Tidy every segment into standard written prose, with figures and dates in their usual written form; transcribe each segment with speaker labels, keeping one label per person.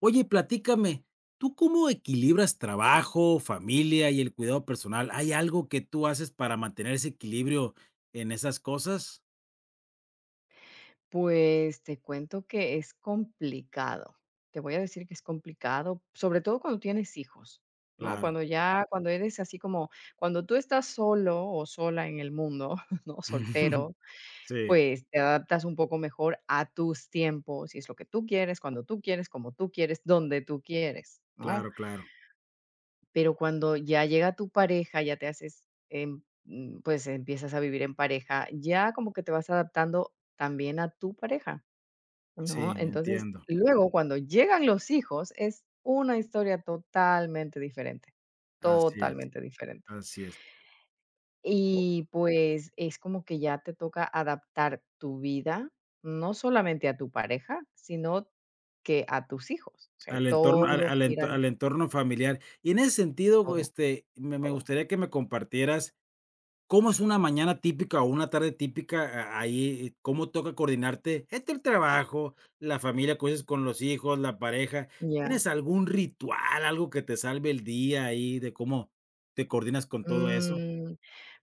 Speaker 1: Oye, platícame, ¿tú cómo equilibras trabajo, familia y el cuidado personal? ¿Hay algo que tú haces para mantener ese equilibrio en esas cosas?
Speaker 2: Pues te cuento que es complicado. Te voy a decir que es complicado, sobre todo cuando tienes hijos, ¿no?
Speaker 1: Claro.
Speaker 2: Cuando ya, cuando eres así como, cuando tú estás solo o sola en el mundo, ¿no? Soltero,
Speaker 1: Sí,
Speaker 2: pues te adaptas un poco mejor a tus tiempos, si es lo que tú quieres, cuando tú quieres, como tú quieres, donde tú quieres, ¿no?
Speaker 1: claro, claro.
Speaker 2: Pero cuando ya llega tu pareja, ya te haces, pues empiezas a vivir en pareja, ya como que te vas adaptando también a tu pareja. No,
Speaker 1: Sí,
Speaker 2: entonces,
Speaker 1: entiendo.
Speaker 2: luego cuando llegan los hijos, es una historia totalmente diferente,
Speaker 1: Así es,
Speaker 2: totalmente diferente.
Speaker 1: así es. O
Speaker 2: Y, pues, es como que ya te toca adaptar tu vida, no solamente a tu pareja, sino que a tus hijos. O sea, y
Speaker 1: Al entorno,
Speaker 2: todo gira en
Speaker 1: al entorno familiar. Y en ese sentido,
Speaker 2: todo,
Speaker 1: este, me
Speaker 2: todo.
Speaker 1: gustaría que me compartieras. ¿Cómo es una mañana típica o una tarde típica a ahí? ¿Cómo toca coordinarte entre el trabajo, la familia, cosas con los hijos, la pareja?
Speaker 2: Ya.
Speaker 1: ¿Tienes algún ritual, algo que te salve el día ahí de cómo te coordinas con todo eso?
Speaker 2: Mm.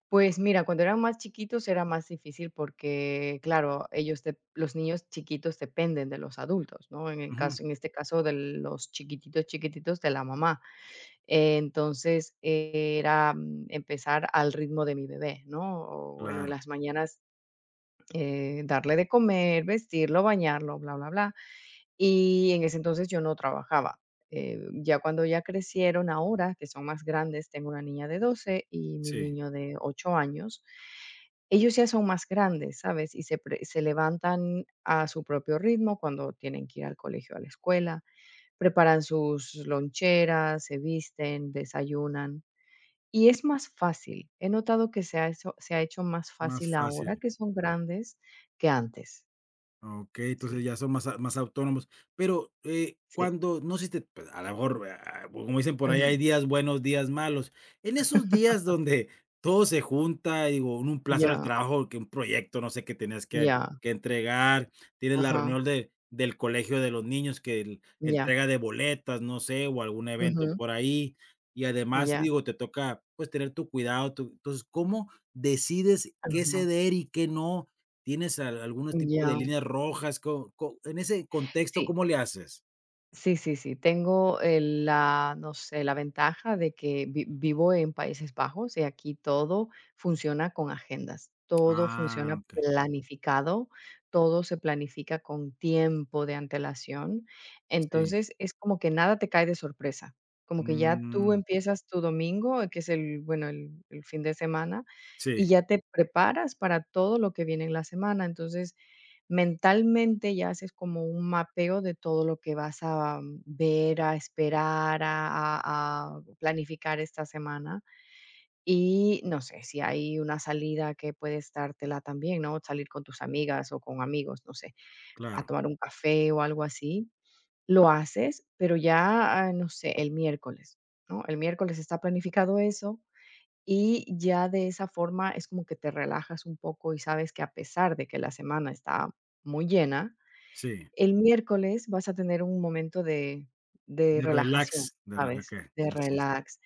Speaker 2: Pues mira, cuando eran más chiquitos era más difícil porque, claro, ellos de los niños chiquitos dependen de los adultos, ¿no?
Speaker 1: Ujú,
Speaker 2: En este caso de los chiquititos, chiquititos de la mamá. Entonces era empezar al ritmo de mi bebé, ¿no? O, bueno, en
Speaker 1: claro,
Speaker 2: las mañanas darle de comer, vestirlo, bañarlo, bla, bla, bla. Y en ese entonces yo no trabajaba. Ya cuando ya crecieron ahora, que son más grandes, tengo una niña de 12 y mi
Speaker 1: sí,
Speaker 2: niño de 8 años, ellos ya son más grandes, ¿sabes? Y se levantan a su propio ritmo cuando tienen que ir al colegio, a la escuela, preparan sus loncheras, se visten, desayunan. Y es más fácil. He notado que se ha hecho más
Speaker 1: más
Speaker 2: fácil ahora
Speaker 1: fácil.
Speaker 2: que son grandes que antes.
Speaker 1: Okey, entonces
Speaker 2: Sí,
Speaker 1: ya son más autónomos. Pero,
Speaker 2: sí.
Speaker 1: cuando no sé si te pues, a lo mejor, como dicen por ahí, hay
Speaker 2: Ujú.
Speaker 1: días buenos, días malos. En esos días donde todo se junta, digo, en un plazo en el
Speaker 2: Ya.
Speaker 1: trabajo, que un proyecto, no sé, que tenías que
Speaker 2: Ya,
Speaker 1: que entregar, tienes la
Speaker 2: ajá,
Speaker 1: reunión de del colegio de los niños, que el
Speaker 2: ya,
Speaker 1: entrega de boletas, no sé, o algún evento
Speaker 2: ujú,
Speaker 1: por ahí. Y además,
Speaker 2: ya,
Speaker 1: digo, te toca, pues, tener tu cuidado, tu entonces, ¿cómo decides qué
Speaker 2: ajá,
Speaker 1: ceder y qué no? ¿Tienes al algunos tipos de
Speaker 2: ya.
Speaker 1: líneas rojas? Co co En ese contexto,
Speaker 2: Sí.
Speaker 1: ¿cómo le haces?
Speaker 2: Sí, sí, sí. Tengo, la, no sé, la ventaja de que vivo en Países Bajos y aquí todo funciona con agendas, todo
Speaker 1: Ah,
Speaker 2: funciona
Speaker 1: okey.
Speaker 2: planificado, todo se planifica con tiempo de antelación.
Speaker 1: Sí.
Speaker 2: Entonces es como que nada te cae de sorpresa. Como que ya tú
Speaker 1: Mm,
Speaker 2: empiezas tu domingo, que es bueno, el fin de semana, y
Speaker 1: sí,
Speaker 2: ya te preparas para todo lo que viene en la semana. Entonces, mentalmente ya haces como un mapeo de todo lo que vas a ver, a esperar, a planificar esta semana. Y no sé, si hay una salida que puedes dártela también, ¿no? Salir con tus amigas o con amigos, no sé, a
Speaker 1: claro.
Speaker 2: tomar un café o algo así. Lo haces, pero ya, no sé, el miércoles, ¿no? El miércoles está planificado eso y ya de esa forma es como que te relajas un poco y sabes que a pesar de que la semana está muy llena,
Speaker 1: Sí.
Speaker 2: el miércoles vas a tener un momento de
Speaker 1: De relax,
Speaker 2: relajación,
Speaker 1: de re
Speaker 2: ¿sabes?
Speaker 1: okey,
Speaker 2: De
Speaker 1: así es.
Speaker 2: relax.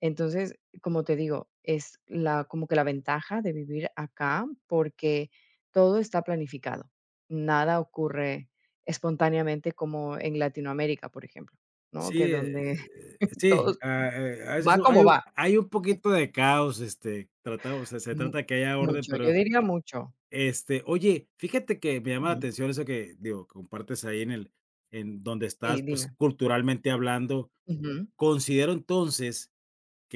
Speaker 2: Entonces, como te digo, es la como que la ventaja de vivir acá, porque todo está planificado. Nada ocurre espontáneamente como en Latinoamérica, por ejemplo, ¿no? Que
Speaker 1: Sí,
Speaker 2: donde
Speaker 1: sí,
Speaker 2: todo
Speaker 1: a veces
Speaker 2: va como
Speaker 1: hay un
Speaker 2: va.
Speaker 1: hay un poquito de caos, este, tratamos se se
Speaker 2: Mm,
Speaker 1: trata de que haya orden,
Speaker 2: Mucho, yo
Speaker 1: pero,
Speaker 2: diría mucho.
Speaker 1: este, oye, fíjate que me llama la
Speaker 2: Ujú.
Speaker 1: atención eso que, digo, compartes ahí en donde
Speaker 2: Sí,
Speaker 1: estás, pues,
Speaker 2: dime.
Speaker 1: culturalmente hablando.
Speaker 2: Ujú.
Speaker 1: Considero entonces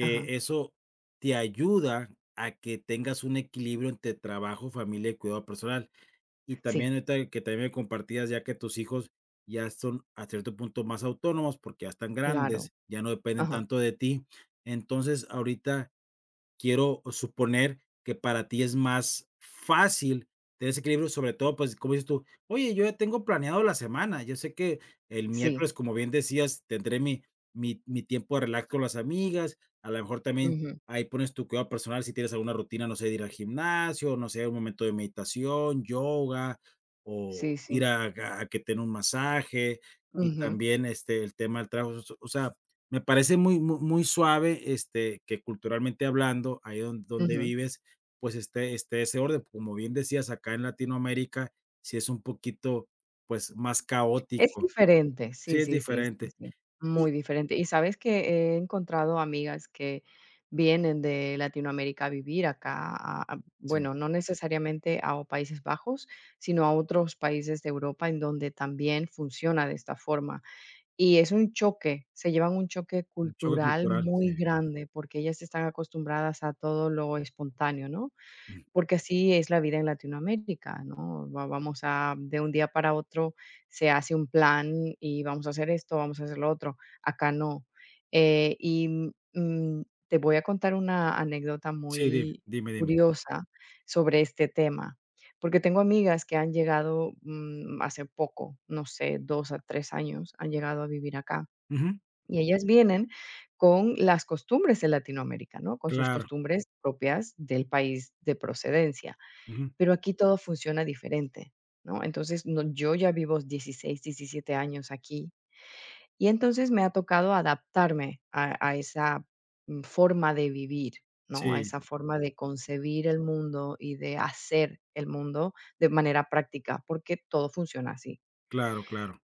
Speaker 2: Ajá.
Speaker 1: eso te ayuda a que tengas un equilibrio entre trabajo, familia y cuidado personal. Y
Speaker 2: Sí,
Speaker 1: también ahorita que también me compartías ya que tus hijos ya son a cierto punto más autónomos porque ya están
Speaker 2: claro.
Speaker 1: grandes, ya no dependen
Speaker 2: Ajá.
Speaker 1: tanto de ti. Entonces, ahorita quiero suponer que para ti es más fácil tener ese equilibrio, sobre todo, pues, como dices tú: "Oye, yo ya tengo planeado la semana, yo sé que el
Speaker 2: Sí.
Speaker 1: miércoles", como bien decías, "tendré mi tiempo de relax con las amigas", a lo mejor también
Speaker 2: Ujú.
Speaker 1: ahí pones tu cuidado personal, si tienes alguna rutina, no sé, de ir al gimnasio, no sé, un momento de meditación, yoga, o
Speaker 2: Sí,
Speaker 1: ir
Speaker 2: sí.
Speaker 1: a que te den un masaje, y
Speaker 2: Ujú.
Speaker 1: también, este, el tema del trabajo, o sea, me parece muy muy muy suave, este, que culturalmente hablando, ahí donde
Speaker 2: Ujú.
Speaker 1: vives, pues, esté ese orden. Como bien decías, acá en Latinoamérica sí es un poquito, pues, más
Speaker 2: Es
Speaker 1: caótico.
Speaker 2: diferente,
Speaker 1: Sí,
Speaker 2: sí,
Speaker 1: es
Speaker 2: sí, sí, sí,
Speaker 1: diferente.
Speaker 2: sí, muy
Speaker 1: Y
Speaker 2: diferente. Y sabes que he encontrado amigas que vienen de Latinoamérica a vivir acá, a
Speaker 1: sí,
Speaker 2: bueno, no necesariamente a o Países Bajos, sino a otros países de Europa en donde también funciona de esta forma. Y es un choque, se llevan un choque
Speaker 1: un choque
Speaker 2: cultural
Speaker 1: cultural, sí.
Speaker 2: muy grande, porque ellas están acostumbradas a todo lo espontáneo, ¿no?
Speaker 1: Mm.
Speaker 2: Porque así es la vida en Latinoamérica, ¿no? Va vamos a de un día para otro se hace un plan y vamos a hacer esto, vamos a hacer lo otro. Acá no. Y, te voy a contar una anécdota
Speaker 1: Sí, dime,
Speaker 2: muy
Speaker 1: dime, dime.
Speaker 2: curiosa sobre este tema, porque tengo amigas que han llegado, hace poco, no sé, 2 a 3 años, han llegado a vivir acá.
Speaker 1: Ujú.
Speaker 2: Y ellas vienen con las costumbres de Latinoamérica, ¿no? Con sus
Speaker 1: Claro.
Speaker 2: costumbres propias del país de procedencia.
Speaker 1: Ujú.
Speaker 2: Pero aquí todo funciona diferente, ¿no? Entonces, no, yo ya vivo 16, 17 años aquí y entonces me ha tocado adaptarme a esa forma de vivir, ¿no? A
Speaker 1: Sí,
Speaker 2: esa forma de concebir el mundo y de hacer el mundo de manera práctica, porque todo funciona así.
Speaker 1: claro, claro.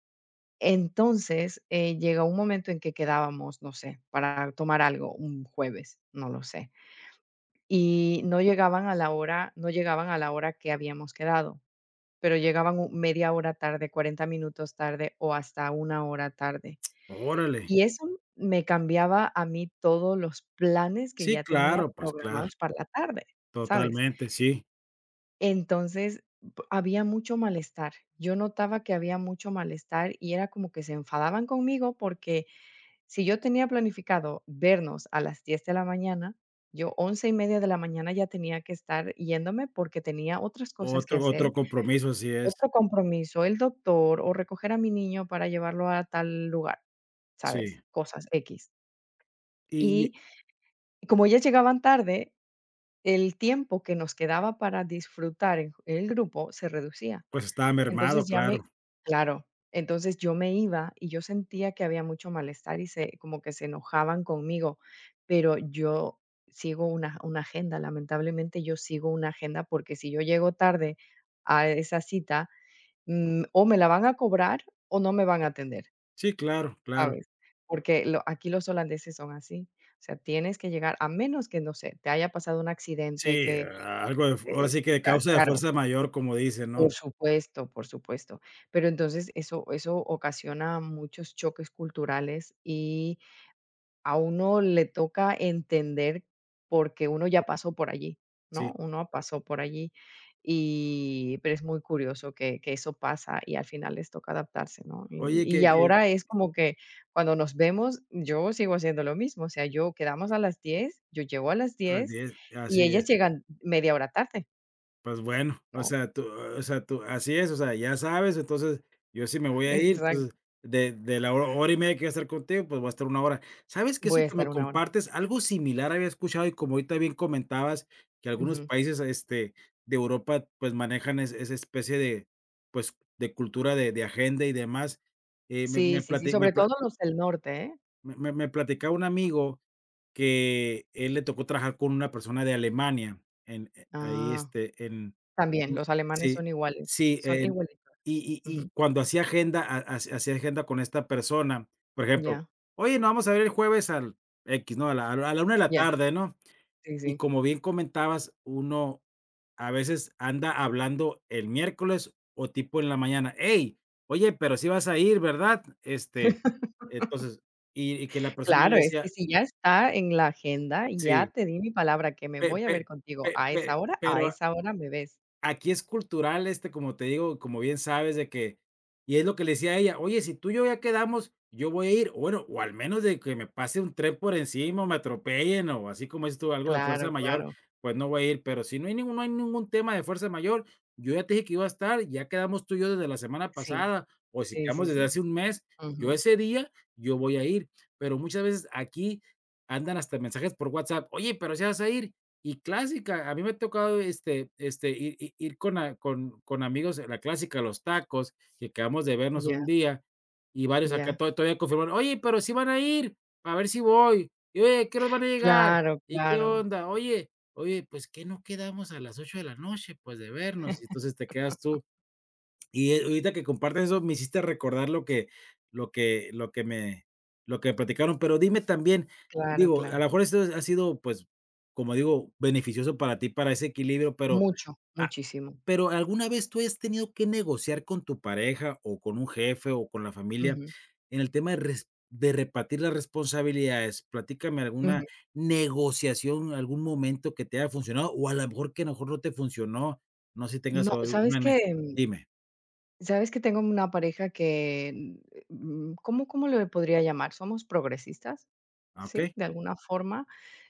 Speaker 2: Entonces, llega un momento en que quedábamos, no sé, para tomar algo un jueves, no lo sé, y no llegaban a la hora, no llegaban a la hora que habíamos quedado. Pero llegaban u media hora tarde, 40 minutos tarde o hasta una hora tarde.
Speaker 1: Órale.
Speaker 2: Y eso me cambiaba a mí todos los planes que
Speaker 1: Sí,
Speaker 2: ya tenía
Speaker 1: claro, pues claro,
Speaker 2: programados para la tarde, ¿sabes?
Speaker 1: totalmente, sí.
Speaker 2: Entonces, p había mucho malestar. Yo notaba que había mucho malestar y era como que se enfadaban conmigo porque si yo tenía planificado vernos a las 10 de la mañana, yo 11:30 de la mañana ya tenía que estar yéndome porque tenía otras cosas que
Speaker 1: Otro
Speaker 2: hacer.
Speaker 1: compromiso, así es.
Speaker 2: Otro compromiso, el doctor, o recoger a mi niño para llevarlo a tal lugar, ¿sabes?
Speaker 1: Sí.
Speaker 2: Cosas x.
Speaker 1: Y,
Speaker 2: Y como ellas llegaban tarde, el tiempo que nos quedaba para disfrutar en el grupo se reducía.
Speaker 1: pues, estaba mermado,
Speaker 2: Entonces ya me
Speaker 1: claro.
Speaker 2: claro, entonces yo me iba y yo sentía que había mucho malestar y se como que se enojaban conmigo, pero yo sigo una agenda, lamentablemente yo sigo una agenda, porque si yo llego tarde a esa cita, o me la van a cobrar o no me van a atender,
Speaker 1: Sí, claro, claro.
Speaker 2: ¿sabes? Porque lo aquí los holandeses son así. O sea, tienes que llegar a menos que, no sé, te haya pasado un accidente
Speaker 1: Sí,
Speaker 2: que,
Speaker 1: a algo de fu ahora
Speaker 2: eh,
Speaker 1: sí que de causa de
Speaker 2: claro,
Speaker 1: fuerza mayor, como dicen, ¿no?
Speaker 2: por supuesto, por supuesto. Pero entonces eso ocasiona muchos choques culturales y a uno le toca entender porque uno ya pasó por allí,
Speaker 1: Sí.
Speaker 2: ¿no? Uno pasó por allí y pero es muy curioso que eso pasa y al final les toca adaptarse, ¿no? Y
Speaker 1: Oye,
Speaker 2: y
Speaker 1: que
Speaker 2: Claro.
Speaker 1: que
Speaker 2: ahora es como que cuando nos vemos, yo sigo haciendo lo mismo, o sea, yo quedamos a las 10, yo llego a las 10 y
Speaker 1: así es.
Speaker 2: ellas llegan media hora tarde,
Speaker 1: Pues bueno,
Speaker 2: ¿no?
Speaker 1: o sea, tú así es, o sea, ya sabes, entonces, yo sí me voy a ir,
Speaker 2: Exacto.
Speaker 1: entonces, de la ho hora y media que voy a estar contigo, pues voy a estar una hora. ¿Sabes que eso
Speaker 2: Voy a
Speaker 1: que me
Speaker 2: estar una hora.
Speaker 1: compartes? Algo similar había escuchado y como ahorita bien comentabas que algunos
Speaker 2: Ujú.
Speaker 1: países, este, de Europa, pues manejan es esa especie de, pues, de cultura de agenda y demás. Me
Speaker 2: Sí,
Speaker 1: me
Speaker 2: sí, sí,
Speaker 1: plati me
Speaker 2: sobre
Speaker 1: pla
Speaker 2: todo los del norte, ¿eh?
Speaker 1: me me me platicaba un amigo que él le tocó trabajar con una persona de Alemania, en, ahí,
Speaker 2: Ah,
Speaker 1: este, en
Speaker 2: también,
Speaker 1: mm,
Speaker 2: los alemanes
Speaker 1: sí,
Speaker 2: son iguales,
Speaker 1: sí,
Speaker 2: son
Speaker 1: en
Speaker 2: igualitos.
Speaker 1: y
Speaker 2: Ujú.
Speaker 1: cuando hacía agenda, ha hac hacía agenda con esta persona, por ejemplo:
Speaker 2: Ya,
Speaker 1: "Oye, nos vamos a ver el jueves al x, ¿no? A la 1 de la
Speaker 2: ya,
Speaker 1: tarde", ¿no?
Speaker 2: sí,
Speaker 1: Y
Speaker 2: sí.
Speaker 1: como bien comentabas, uno a veces anda hablando el miércoles o tipo en la mañana: "Hey, oye, pero sí vas a ir, ¿verdad?". Este, entonces, y que la persona le
Speaker 2: Claro, es que
Speaker 1: decía
Speaker 2: si ya está en la agenda, ya
Speaker 1: sí.
Speaker 2: te di mi palabra que me
Speaker 1: Pe
Speaker 2: voy a
Speaker 1: pe
Speaker 2: ver
Speaker 1: pe
Speaker 2: contigo
Speaker 1: pe Pero
Speaker 2: a esa hora me ves.
Speaker 1: aquí es cultural, este, como te digo, como bien sabes, de que y es lo que le decía a ella: "Oye, si tú y yo ya quedamos, yo voy a ir, o bueno, o al menos de que me pase un tren por encima, o me atropellen, o así como dices tú, algo de fuerza
Speaker 2: Claro,
Speaker 1: mayor,
Speaker 2: claro.
Speaker 1: pues no voy a ir, pero si no hay ningún tema de fuerza mayor, yo ya te dije que iba a estar, ya quedamos tú y yo desde la semana
Speaker 2: Sí,
Speaker 1: pasada, o si
Speaker 2: sí,
Speaker 1: quedamos
Speaker 2: sí,
Speaker 1: desde
Speaker 2: sí.
Speaker 1: hace un mes, yo
Speaker 2: Ujú.
Speaker 1: ese día, yo voy a ir". Pero muchas veces aquí andan hasta mensajes por WhatsApp: "Oye, pero si vas a ir". Y clásica, a mí me ha tocado, ir ir ir con a con con amigos, la clásica, los tacos, que acabamos de vernos
Speaker 2: Ya,
Speaker 1: un día, y varios acá
Speaker 2: ya.
Speaker 1: to todavía confirmaron: "Oye, pero sí van a ir, a ver si voy. Y oye, ¿qué nos van a llegar?
Speaker 2: Claro,
Speaker 1: ¿Y qué
Speaker 2: claro,
Speaker 1: onda? Oye, oye, pues, ¿qué no quedamos a las 8 de la noche, pues, de vernos?". Y entonces te quedas tú y ahorita que compartes eso, me hiciste recordar lo que lo que me lo que platicaron, pero dime también,
Speaker 2: claro,
Speaker 1: digo, a lo
Speaker 2: claro.
Speaker 1: mejor esto ha sido, pues, como digo, beneficioso para ti, para ese equilibrio, pero,
Speaker 2: Mucho,
Speaker 1: ah,
Speaker 2: muchísimo.
Speaker 1: pero, ¿alguna vez tú has tenido que negociar con tu pareja, o con un jefe, o con la familia,
Speaker 2: Ujú,
Speaker 1: en el tema de repartir las responsabilidades? Platícame alguna
Speaker 2: ujú.
Speaker 1: negociación, algún momento que te haya funcionado, o a lo mejor no te funcionó, no sé si tengas,
Speaker 2: No,
Speaker 1: o
Speaker 2: ¿sabes
Speaker 1: una ne
Speaker 2: qué?
Speaker 1: dime,
Speaker 2: Sabes que tengo una pareja que, ¿cómo le podría llamar? Somos progresistas, ¿sí?
Speaker 1: ok.
Speaker 2: De alguna forma,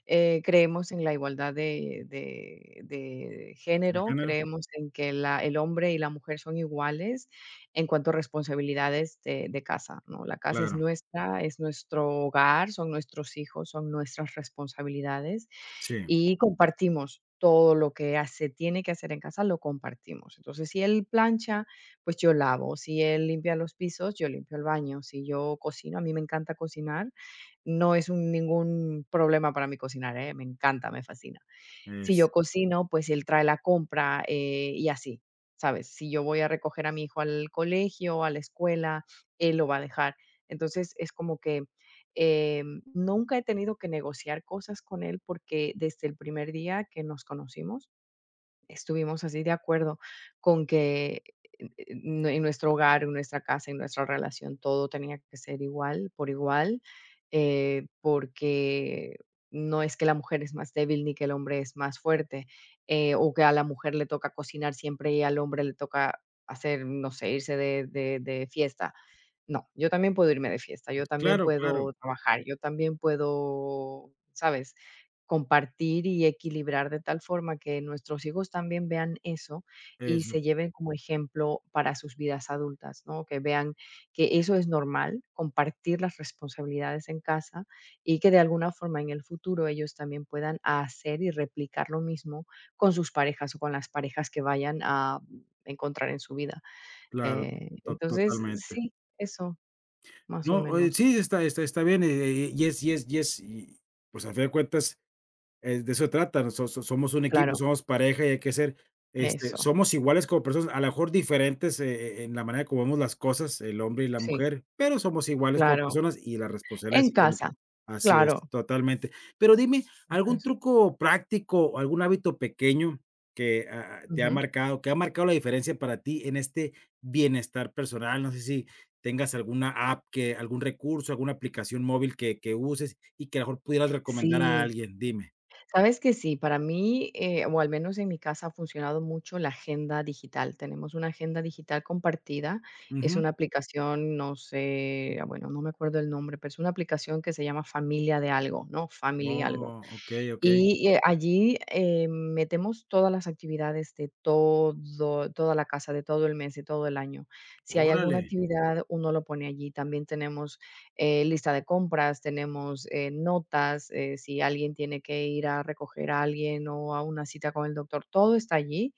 Speaker 2: creemos en la igualdad de de
Speaker 1: ¿De
Speaker 2: género,
Speaker 1: género?
Speaker 2: creemos en que la el hombre y la mujer son iguales en cuanto a responsabilidades de casa, ¿no? La casa es
Speaker 1: Claro,
Speaker 2: nuestra, es nuestro hogar, son nuestros hijos, son nuestras responsabilidades
Speaker 1: sí,
Speaker 2: y compartimos todo lo que se tiene que hacer en casa, lo compartimos. Entonces, si él plancha, pues yo lavo, si él limpia los pisos, yo limpio el baño, si yo cocino, a mí me encanta cocinar, no es ningún problema para mí cocinar, ¿eh? Me encanta, me fascina. Si
Speaker 1: es
Speaker 2: yo cocino, pues él trae la compra, y así, ¿sabes? Si yo voy a recoger a mi hijo al colegio, a la escuela, él lo va a dejar. Entonces, es como que, nunca he tenido que negociar cosas con él, porque desde el primer día que nos conocimos. Estuvimos así de acuerdo con que en nuestro hogar, en nuestra casa, en nuestra relación, todo tenía que ser igual, por igual, porque no es que la mujer es más débil ni que el hombre es más fuerte, o que a la mujer le toca cocinar siempre y al hombre le toca hacer, no sé, irse de de fiesta. No, yo también puedo irme de fiesta, yo también
Speaker 1: claro, claro,
Speaker 2: puedo trabajar, yo también puedo, ¿sabes? Compartir y equilibrar de tal forma que nuestros hijos también vean eso y
Speaker 1: eso,
Speaker 2: se lleven como ejemplo para sus vidas adultas, ¿no? Que vean que eso es normal, compartir las responsabilidades en casa y que de alguna forma en el futuro ellos también puedan hacer y replicar lo mismo con sus parejas o con las parejas que vayan a encontrar en su vida.
Speaker 1: claro,
Speaker 2: Eh,
Speaker 1: to
Speaker 2: entonces,
Speaker 1: totalmente.
Speaker 2: sí, eso, más o
Speaker 1: No, oye,
Speaker 2: menos.
Speaker 1: sí, está bien, y, pues, a fin de cuentas es de eso se trata. Somos un equipo,
Speaker 2: Claro,
Speaker 1: somos pareja y hay que ser, este,
Speaker 2: eso,
Speaker 1: somos iguales como personas, a lo mejor diferentes, en la manera como vemos las cosas, el hombre y la
Speaker 2: sí,
Speaker 1: mujer, pero somos iguales como
Speaker 2: claro.
Speaker 1: personas y la responsabilidad
Speaker 2: En
Speaker 1: así como que
Speaker 2: casa,
Speaker 1: así es,
Speaker 2: claro.
Speaker 1: totalmente. Pero dime, ¿algún
Speaker 2: Eso.
Speaker 1: truco práctico o algún hábito pequeño que, te ha
Speaker 2: Ujú.
Speaker 1: marcado, que ha marcado la diferencia para ti en este bienestar personal? No sé si tengas alguna app que algún recurso, alguna aplicación móvil que uses y que a lo mejor pudieras recomendar a
Speaker 2: Sí,
Speaker 1: alguien, dime.
Speaker 2: sabes que sí, para mí, o al menos en mi casa, ha funcionado mucho la agenda digital. Tenemos una agenda digital compartida, es
Speaker 1: Ujú.
Speaker 2: una aplicación, no sé, bueno, no me acuerdo el nombre, pero es una aplicación que se llama Familia de algo, ¿no? Family algo.
Speaker 1: Oh, okey, okey.
Speaker 2: Y, allí, metemos todas las actividades de todo toda la casa, de todo el mes, de todo el año. Si hay alguna
Speaker 1: Órale.
Speaker 2: actividad, uno lo pone allí. También tenemos, lista de compras, tenemos, notas, si alguien tiene que ir a recoger a alguien o a una cita con el doctor, todo está allí.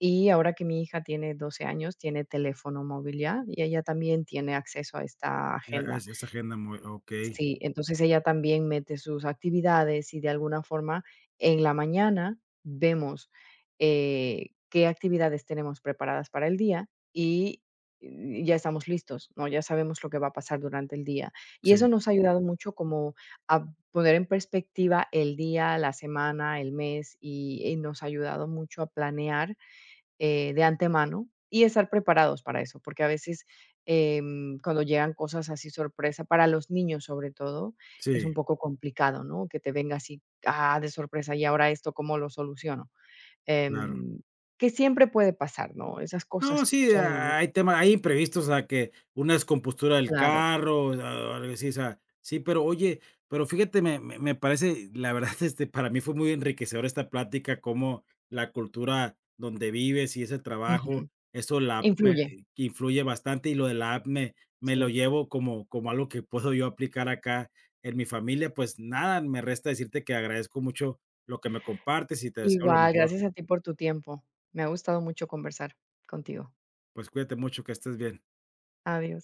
Speaker 2: Y ahora que mi hija tiene 12 años, tiene teléfono móvil ya, y ella también tiene acceso a esta
Speaker 1: Ya,
Speaker 2: agenda.
Speaker 1: es agenda muy okey.
Speaker 2: Sí, entonces ella también mete sus actividades y de alguna forma en la mañana vemos, qué actividades tenemos preparadas para el día y ya estamos listos, ¿no? Ya sabemos lo que va a pasar durante el día. Y
Speaker 1: Sí,
Speaker 2: eso nos ha ayudado mucho como a poner en perspectiva el día, la semana, el mes, y nos ha ayudado mucho a planear de antemano y estar preparados para eso, porque a veces, cuando llegan cosas así sorpresa, para los niños sobre todo, es un
Speaker 1: sí,
Speaker 2: poco complicado, ¿no? Que te venga así, de sorpresa, y ahora esto, ¿cómo lo soluciono?
Speaker 1: claro.
Speaker 2: Em, que siempre puede pasar, ¿no? Esas
Speaker 1: No,
Speaker 2: cosas
Speaker 1: sí,
Speaker 2: son
Speaker 1: hay temas, hay imprevistos, o sea, que una descompostura del
Speaker 2: claro.
Speaker 1: carro, o sea, o algo así, o sea, sí, pero oye, pero fíjate, me parece, la verdad, este, para mí fue muy enriquecedora esta plática, cómo la cultura donde vives y ese trabajo,
Speaker 2: Ujú.
Speaker 1: eso la app me
Speaker 2: Influye,
Speaker 1: que influye bastante, y lo de la app me lo
Speaker 2: sí.
Speaker 1: llevo como algo que puedo yo aplicar acá en mi familia. Pues nada, me resta decirte que agradezco mucho lo que me compartes y te deseo lo
Speaker 2: Igual,
Speaker 1: mejor.
Speaker 2: gracias a ti por tu tiempo. Me ha gustado mucho conversar contigo.
Speaker 1: Pues cuídate mucho, que estés bien.
Speaker 2: Adiós.